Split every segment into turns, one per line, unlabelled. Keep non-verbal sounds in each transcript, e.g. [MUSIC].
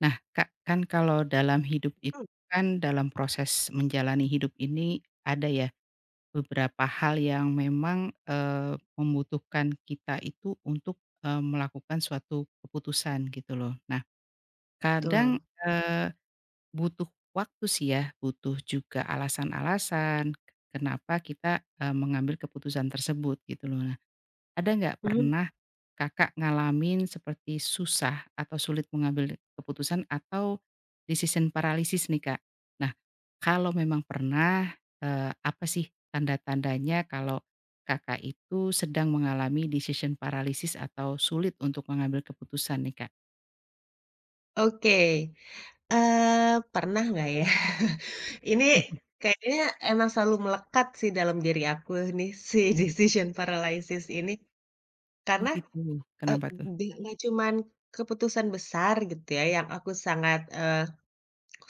Nah, Kak, kan kalau dalam hidup itu kan dalam proses menjalani hidup ini ada ya beberapa hal yang memang, membutuhkan kita itu untuk, melakukan suatu keputusan gitu loh. Nah, kadang,
Betul.
eee, butuh waktu sih ya, butuh juga alasan-alasan kenapa kita, mengambil keputusan tersebut gitu loh. Ada nggak
Mhm,
pernah Kakak ngalamin seperti susah atau sulit mengambil keputusan atau decision paralysis nih, Kak? Nah, kalau memang pernah, apa sih tanda-tandanya kalau Kakak itu sedang mengalami decision paralysis atau sulit untuk mengambil keputusan nih, Kak?
oke. Pernah nggak ya? [LAUGHS] Ini
[LAUGHS]
kayaknya emang selalu melekat sih dalam diri aku nih si [LAUGHS] decision paralysis ini.
Oh
Karena,
gitu,
eee,
kenapa tuh?
nggak cuman keputusan besar gitu ya yang aku sangat, eh,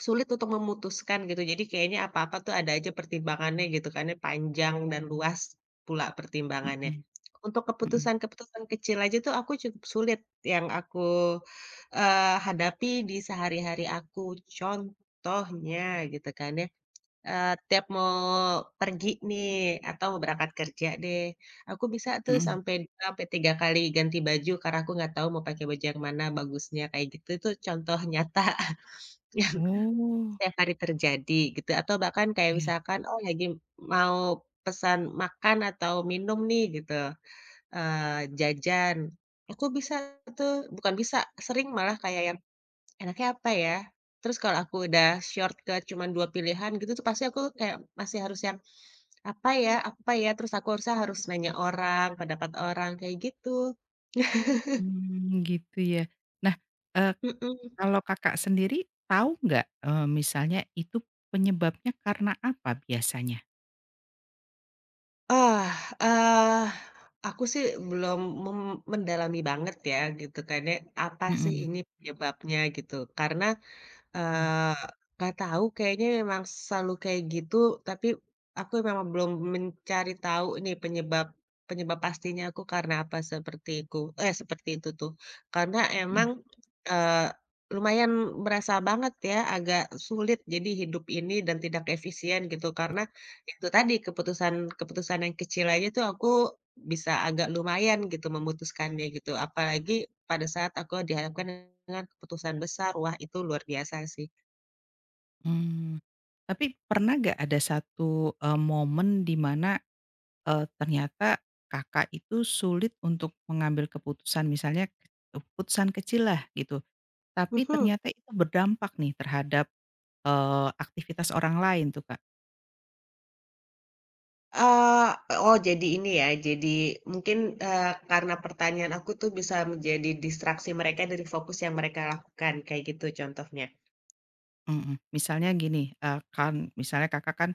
sulit untuk memutuskan gitu, jadi kayaknya apa-apa tuh ada aja pertimbangannya gitu kan ya, panjang dan luas pula pertimbangannya.
Mhm.
Untuk
mhm
keputusan-keputusan kecil aja tuh aku cukup sulit yang aku, hadapi di sehari-hari aku. Contohnya gitu kan ya, tiap mau pergi nih atau mau berangkat kerja deh, aku bisa tuh
mhm.
sampai 2 sampai 3 kali ganti baju karena aku nggak tahu mau pakai baju yang mana bagusnya, kayak gitu. Itu contoh nyata. [LAUGHS]
Oh,
Setiap hari terjadi gitu atau bahkan kayak
ya.
misalkan, oh lagi mau pesan makan atau minum nih gitu, jajan, aku bisa tuh bukan bisa, sering malah kayak yang, "Enaknya apa ya?" Terus kalau aku udah short ke cuman 2 pilihan gitu tuh pasti aku kayak masih harus yang, "Apa ya apa ya?" Terus aku harusnya harus nanya orang, pendapat orang, kayak gitu. [LAUGHS]
Mmm, gitu ya. Nah, eee
Mhm.
kalau Kakak sendiri tahu nggak, misalnya itu penyebabnya karena apa biasanya?
Ah, aku sih belum mem mendalami banget ya gitu kan ya, apa sih
Mhm,
ini penyebabnya gitu. Karena,
mmm,
Eee, nggak tahu kayaknya memang selalu kayak gitu, tapi aku memang belum mencari tahu nih penyebab penyebab pastinya aku karena apa seperti itu tuh. Karena emang,
mhm.
eee, lumayan berasa banget ya agak sulit jadi hidup ini dan tidak efisien gitu, karena itu tadi keputusan keputusan yang kecil aja tuh aku bisa agak lumayan gitu memutuskannya gitu, apalagi pada saat aku dihadapkan dengan keputusan besar, wah itu luar biasa sih.
Mmm. Tapi pernah nggak ada satu, momen di mana, ternyata Kakak itu sulit untuk mengambil keputusan misalnya keputusan kecil lah gitu, tapi
Mhm.
ternyata itu berdampak nih terhadap, aktivitas orang lain tuh, Kak?
Eee, oh jadi ini ya, jadi mungkin, karena pertanyaan aku tuh bisa menjadi distraksi mereka dari fokus yang mereka lakukan, kayak gitu contohnya?
Mhm, misalnya gini, kan misalnya Kakak kan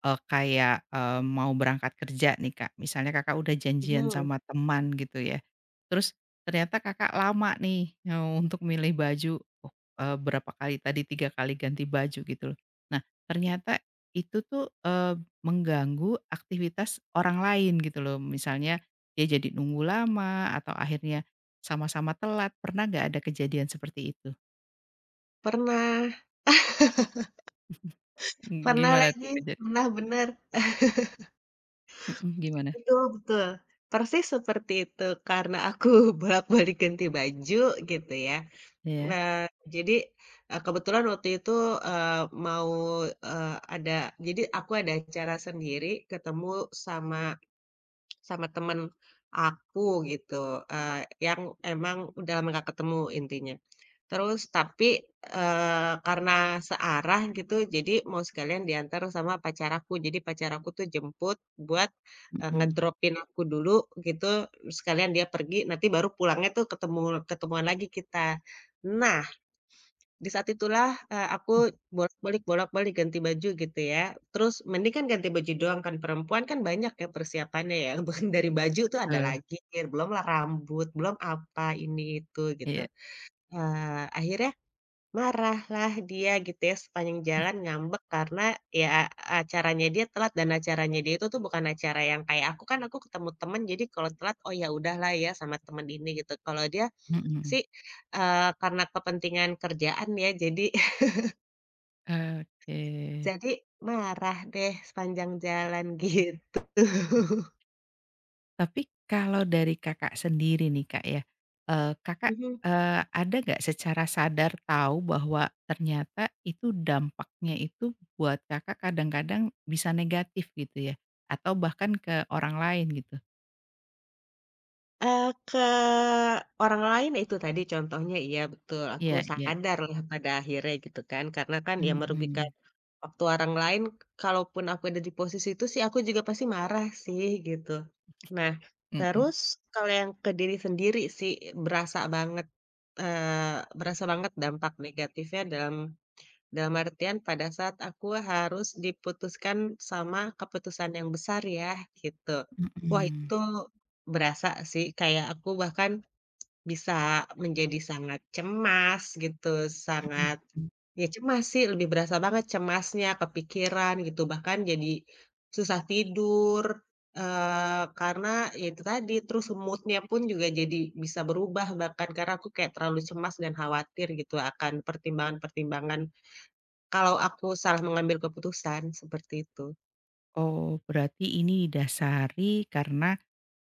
Kayak, mau berangkat kerja nih, Kak, misalnya Kakak udah janjian
Mhm.
sama teman gitu ya, terus ternyata Kakak lama nih, untuk milih baju, oh, berapa kali tadi, 3 kali ganti baju gitu loh. Nah, ternyata itu tuh, mengganggu aktivitas orang lain gitu loh, misalnya dia jadi nunggu lama atau akhirnya sama-sama telat, pernah nggak ada kejadian seperti itu?
Pernah,
Mmm,
pernah
gimana tuh
lagi,
kejadian.
pernah benar
Mhm, gimana?
itu betul, persis seperti itu, karena aku [LAUGHS] bolak-balik ganti baju gitu ya.
Iya.
Nah, jadi, kebetulan waktu itu, mau, ada jadi aku ada acara sendiri ketemu sama sama temen aku gitu, yang emang udah lama nggak ketemu intinya. Terus tapi, karena searah gitu jadi mau sekalian diantar sama pacar aku. Jadi pacar aku tuh jemput buat,
Mhm,
ngedropin aku dulu gitu, sekalian dia pergi nanti baru pulangnya tuh ketemu ketemuan lagi kita. Nah di saat itulah, aku bolak-balik ganti baju gitu ya. Terus mending kan ganti baju doang kan, perempuan kan banyak ya persiapannya ya, [LAUGHS] bukan dari baju tuh ada
betul,
lagi, belumlah rambut, belum apa, ini itu gitu.
iya.
Akhirnya marahlah dia gitu ya, sepanjang jalan ngambek karena ya acaranya dia telat dan acaranya dia itu tuh bukan acara yang kayak aku kan aku ketemu temen, jadi kalau telat, oh ya udahlah ya sama temen ini gitu. Kalau dia
Mhm.
sih, karena kepentingan kerjaan ya, jadi
Oke.
Jadi marah deh sepanjang jalan [LAUGHS] gitu.
Tapi kalau dari Kakak sendiri nih, Kak, ya, Kakak,
Mhm.
eee, ada nggak secara sadar tahu bahwa ternyata itu dampaknya itu buat Kakak kadang-kadang bisa negatif gitu ya, atau bahkan ke orang lain gitu?
Ke orang lain itu tadi contohnya iya betul, aku
Iya, iya.
sadarlah pada akhirnya gitu kan, karena kan ya merugikan
Mhm.
waktu orang lain, kalaupun aku ada di posisi itu sih aku juga pasti marah sih gitu. Nah,
Mhm.
terus kalau yang ke diri sendiri sih berasa banget, berasa banget dampak negatifnya dalam Dalam artian pada saat aku harus diputuskan sama keputusan yang besar ya, gitu. Wah
Mhm.
itu berasa sih, kayak aku bahkan bisa menjadi sangat cemas gitu,
mhm
sangat
mhm.
ya cemas sih, lebih berasa banget cemasnya, kepikiran gitu, bahkan jadi susah tidur, karena ya itu tadi, terus moodnya pun juga jadi bisa berubah bahkan, karena aku kayak terlalu cemas dan khawatir gitu akan pertimbangan-pertimbangan kalau aku salah mengambil keputusan, seperti itu.
Oh, berarti ini didasari karena,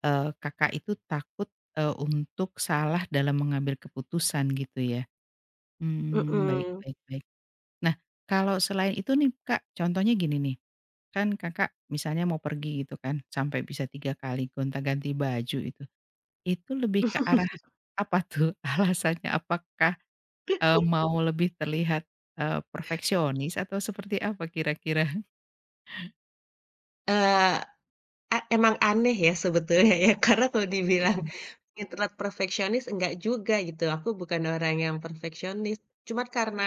Kakak itu takut, untuk salah dalam mengambil keputusan gitu ya? Mmm, baik,
Mhm.
baik, baik. Nah, kalau selain itu nih, Kak, contohnya gini nih, kan Kakak misalnya mau pergi gitu kan, sampai bisa 3 kali gonta-ganti baju itu lebih ke arah apa tuh [LAUGHS] alasannya? Apakah, mau lebih terlihat, perfeksionis atau seperti apa kira-kira?
Eee, e emang aneh ya sebetulnya ya, [LAUGHS] karena kalau dibilang
Mhm
internet perfeksionis, enggak juga gitu, aku bukan orang yang perfeksionis. Cuman karena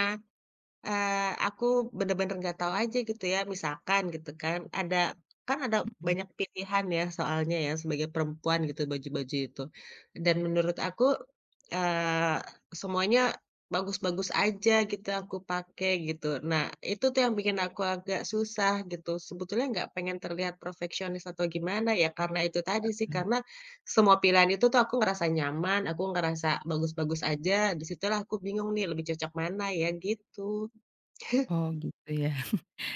Aku bener-bener nggak tahu aja gitu ya, misalkan gitu kan ada
mhm.
banyak pilihan ya soalnya ya sebagai perempuan gitu baju-baju itu. Dan menurut aku, eee, semuanya bagus-bagus aja gitu aku pakai gitu. Nah, itu tuh yang bikin aku agak susah gitu. Sebetulnya nggak pengen terlihat perfeksionis atau gimana ya, karena itu tadi sih,
Mhm.
karena semua pilihan itu tuh aku ngerasa nyaman, aku ngerasa bagus-bagus aja, di situlah aku bingung nih lebih cocok mana ya, gitu.
Oh gitu ya.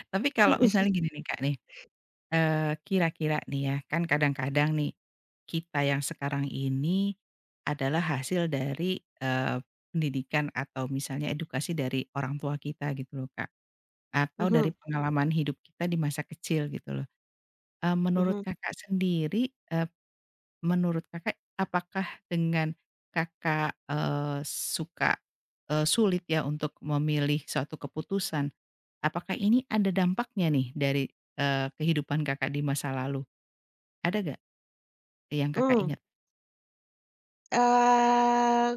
Tapi kalau
Mhm,
misalnya gini nih, Kak, nih, kira-kira nih ya, kan kadang-kadang nih, kita yang sekarang ini adalah hasil dari, pendidikan atau misalnya edukasi dari orang tua kita gitu loh, Kak, atau dari
mhm,
pengalaman hidup kita di masa kecil gitu loh. Menurut
mhm.
Kakak sendiri, menurut Kakak apakah dengan Kakak, suka, sulit ya untuk memilih suatu keputusan, apakah ini ada dampaknya nih dari, kehidupan Kakak di masa lalu? Ada nggak? Yang Kakak
mmm,
ingat?
eee,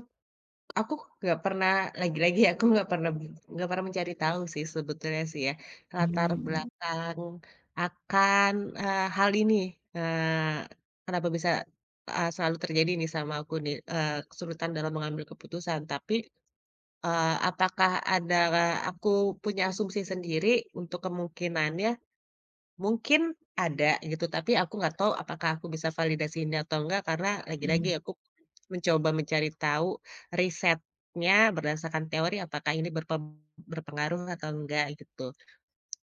aku nggak pernah lagi-lagi ya, aku nggak pernah mencari tahu sih sebetulnya sih ya, latar
Mmm.
belakang akan, hal ini, eee, kenapa bisa, selalu terjadi nih sama aku nih, kesulitan dalam mengambil keputusan. Tapi, apakah ada aku punya asumsi sendiri untuk kemungkinannya. Mungkin ada gitu, tapi aku nggak tahu apakah aku bisa validasiinnya atau enggak karena lagi-lagi
Mhm,
aku mencoba mencari tahu risetnya berdasarkan teori apakah ini berpengaruh atau enggak gitu.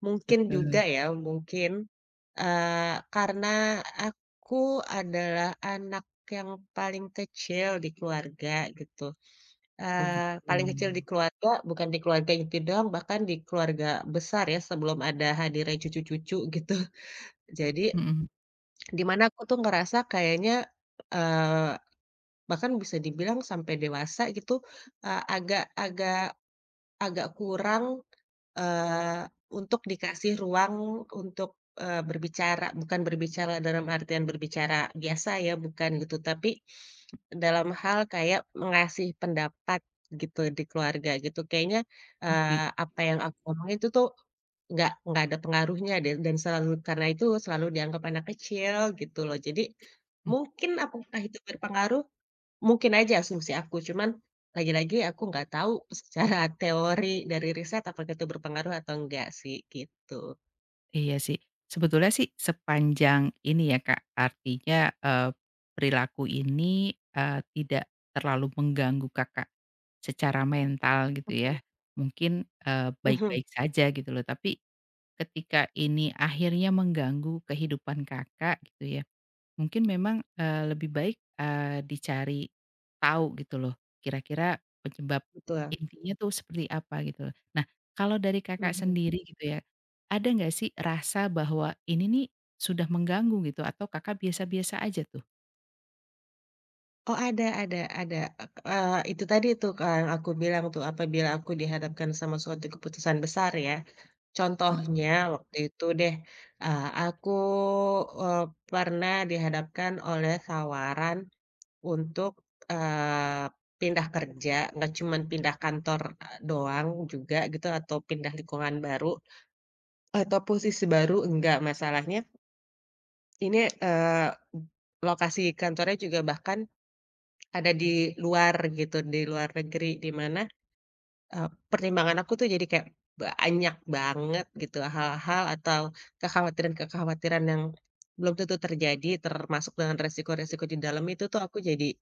Mungkin
betul.
juga ya, mungkin, karena aku adalah anak yang paling kecil di keluarga gitu,
Oh gitu.
paling kecil di keluarga bukan di keluarga inti doang, bahkan di keluarga besar ya sebelum ada hadirnya cucu-cucu gitu. [LAUGHS] Jadi
Mhm,
di mana aku tuh ngerasa kayaknya, eee, bahkan bisa dibilang sampai dewasa gitu, agak agak agak kurang, eee, untuk dikasih ruang untuk, berbicara. Bukan berbicara dalam artian berbicara biasa ya, bukan gitu, tapi dalam hal kayak ngasih pendapat gitu di keluarga gitu. Kayaknya,
oh gitu.
apa yang aku omongin itu tuh nggak ada pengaruhnya deh dan selalu karena itu selalu dianggap anak kecil gitu loh. Jadi,
Hmm.
mungkin apakah itu berpengaruh? Mungkin aja asumsi aku, cuman lagi-lagi aku nggak tahu [LAUGHS] secara teori dari riset apakah itu berpengaruh atau enggak sih gitu.
Iya sih. Sebetulnya sih sepanjang ini ya Kak, artinya, eee, perilaku ini, tidak terlalu mengganggu Kakak secara mental gitu ya,
Mhm.
mungkin,
Mhm,
baik-baik saja gitu loh, tapi ketika ini akhirnya mengganggu kehidupan Kakak gitu ya mungkin memang, lebih baik, dicari tahu gitu loh, kira-kira penyebab
betul,
intinya tuh seperti apa gitu loh. Nah, kalau dari Kakak
mhm.
sendiri gitu ya, ada nggak sih rasa bahwa ini nih sudah mengganggu gitu atau Kakak biasa-biasa aja tuh?
Oh, ada, itu tadi tuh yang aku bilang tuh apabila aku dihadapkan sama suatu keputusan besar ya. Contohnya
Mhm.
waktu itu deh, aku, eee, pernah dihadapkan oleh tawaran untuk, eee, pindah kerja, nggak cuman pindah kantor, doang juga gitu atau pindah lingkungan baru atau posisi baru, enggak, masalahnya ini, eee, lokasi kantornya juga bahkan ada di luar gitu, di luar negeri, di mana pertimbangan aku tuh jadi kayak banyak banget gitu hal-hal atau kekhawatiran-kekhawatiran yang belum tentu terjadi termasuk dengan resiko-resiko di dalam itu tuh aku jadi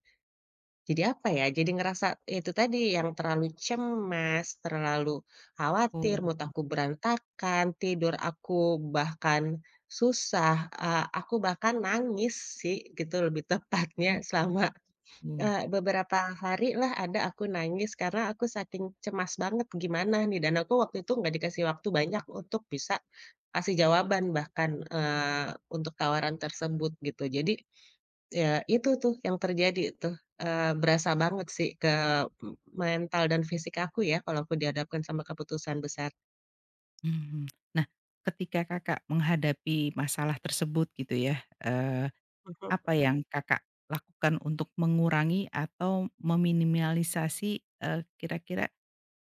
jadi apa ya, jadi ngerasa itu tadi yang terlalu cemas, terlalu khawatir,
Oh,
mood aku berantakan, tidur aku bahkan susah, aku bahkan nangis sih gitu lebih tepatnya selama
oke,
Beberapa hari lah ada aku nangis karena aku saking cemas banget gimana nih dan aku waktu itu nggak dikasih waktu banyak untuk bisa kasih jawaban bahkan, untuk tawaran tersebut gitu. Jadi, ya itu tuh yang terjadi tuh, berasa banget sih ke m mental dan fisik aku ya kalau aku dihadapkan sama keputusan besar.
mhm. Nah, ketika Kakak menghadapi masalah tersebut gitu ya, eee, apa
Mhm,
yang Kakak lakukan untuk mengurangi atau meminimalisasi, kira-kira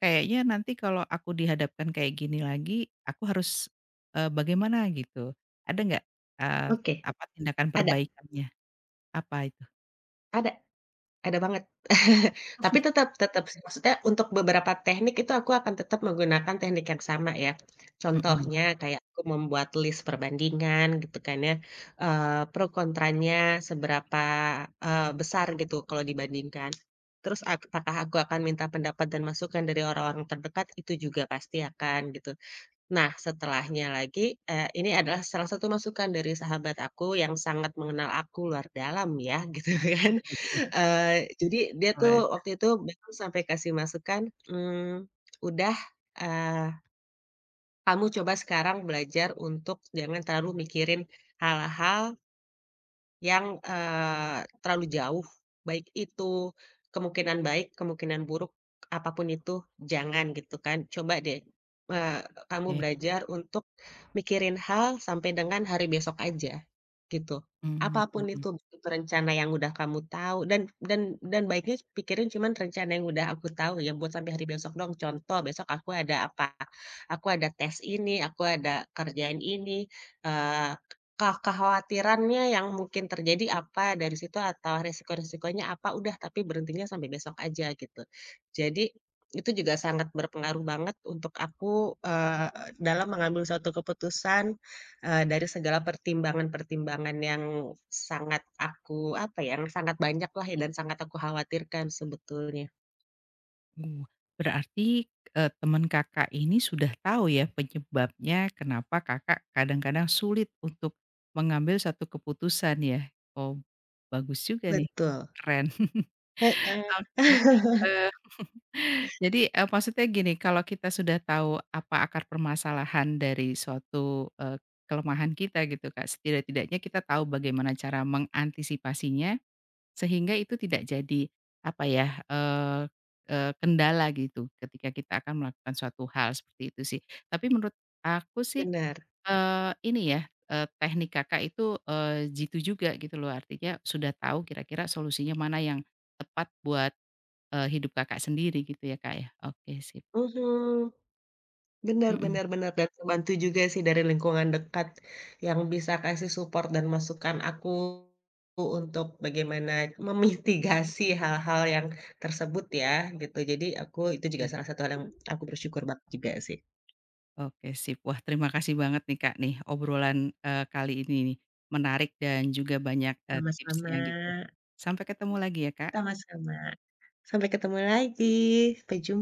kayaknya nanti kalau aku dihadapkan kayak gini lagi, aku harus, bagaimana gitu? Ada nggak, eee,
oke,
apa tindakan
ada,
perbaikannya? Apa itu?
ada. Ada banget. [LAUGHS] Tapi tetap tetap sih, maksudnya untuk beberapa teknik itu aku akan tetap menggunakan teknik yang sama ya.
Mhm.
Contohnya kayak aku membuat list perbandingan gitu kan ya, pro kontranya seberapa, besar gitu kalau dibandingkan. Terus apakah aku akan minta pendapat dan masukan dari orang-orang terdekat, itu juga pasti akan gitu. Nah setelahnya lagi, ini adalah salah satu masukan dari sahabat aku yang sangat mengenal aku luar dalam ya [LAUGHS] gitu kan.
Mhm.
Jadi dia tuh
Oke,
waktu itu bahkan sampai kasih masukan, mmm, "Udah, eee, kamu coba sekarang belajar untuk jangan terlalu mikirin hal-hal yang, terlalu jauh, baik itu kemungkinan baik, kemungkinan buruk, apapun itu jangan gitu kan. Coba deh, eee, kamu belajar untuk mikirin hal sampai dengan hari besok aja, gitu. Apapun
mmm,
itu rencana yang udah kamu tahu dan dan baiknya pikirin cuman rencana yang udah aku tahu ya, buat sampai hari besok dong. Contoh, besok aku ada apa, aku ada tes ini, aku ada kerjaan ini, kekhawatirannya yang mungkin terjadi apa, dari situ atau resiko-resikonya apa, udah tapi berhentinya sampai besok aja gitu. Jadi, itu juga sangat berpengaruh banget untuk aku, dalam mengambil suatu keputusan, dari segala pertimbangan-pertimbangan yang sangat aku, apa ya, yang sangat banyaklah ya dan sangat aku khawatirkan sebetulnya.
uh, berarti, teman Kakak ini sudah tahu ya penyebabnya kenapa Kakak kadang-kadang sulit untuk mengambil satu keputusan ya? Oh, bagus juga nih,
Betul.
keren. [LAUGHS]
Heeh.
Oke,
[LAUGHS]
eee jadi, maksudnya gini, kalau kita sudah tahu apa akar permasalahan dari suatu, kelemahan kita gitu, Kak, setidak-tidaknya kita tahu bagaimana cara mengantisipasinya sehingga itu tidak jadi apa ya, eee eee, kendala gitu ketika kita akan melakukan suatu hal seperti itu sih. Tapi menurut aku sih,
Benar.
ini ya, teknik Kakak itu, jitu juga gitu loh, artinya sudah tahu kira-kira solusinya mana yang tepat buat, hidup Kakak sendiri gitu ya, Kak, ya? Oke sih.
Mhm.
Mhm,
Benar-benar-benar dan terbantu juga sih dari lingkungan dekat yang bisa kasih support dan masukan aku untuk bagaimana memitigasi hal-hal yang tersebut ya, gitu. Jadi aku itu juga
oke
salah satu hal yang aku bersyukur banget juga sih.
oke sip. Wah terima kasih banget nih Kak nih obrolan, kali ini nih, menarik dan juga banyak,
Sama-sama,
tipsnya gitu. Sampai ketemu lagi ya Kak.
sama-sama. Sampai ketemu lagi, sampai jumpa.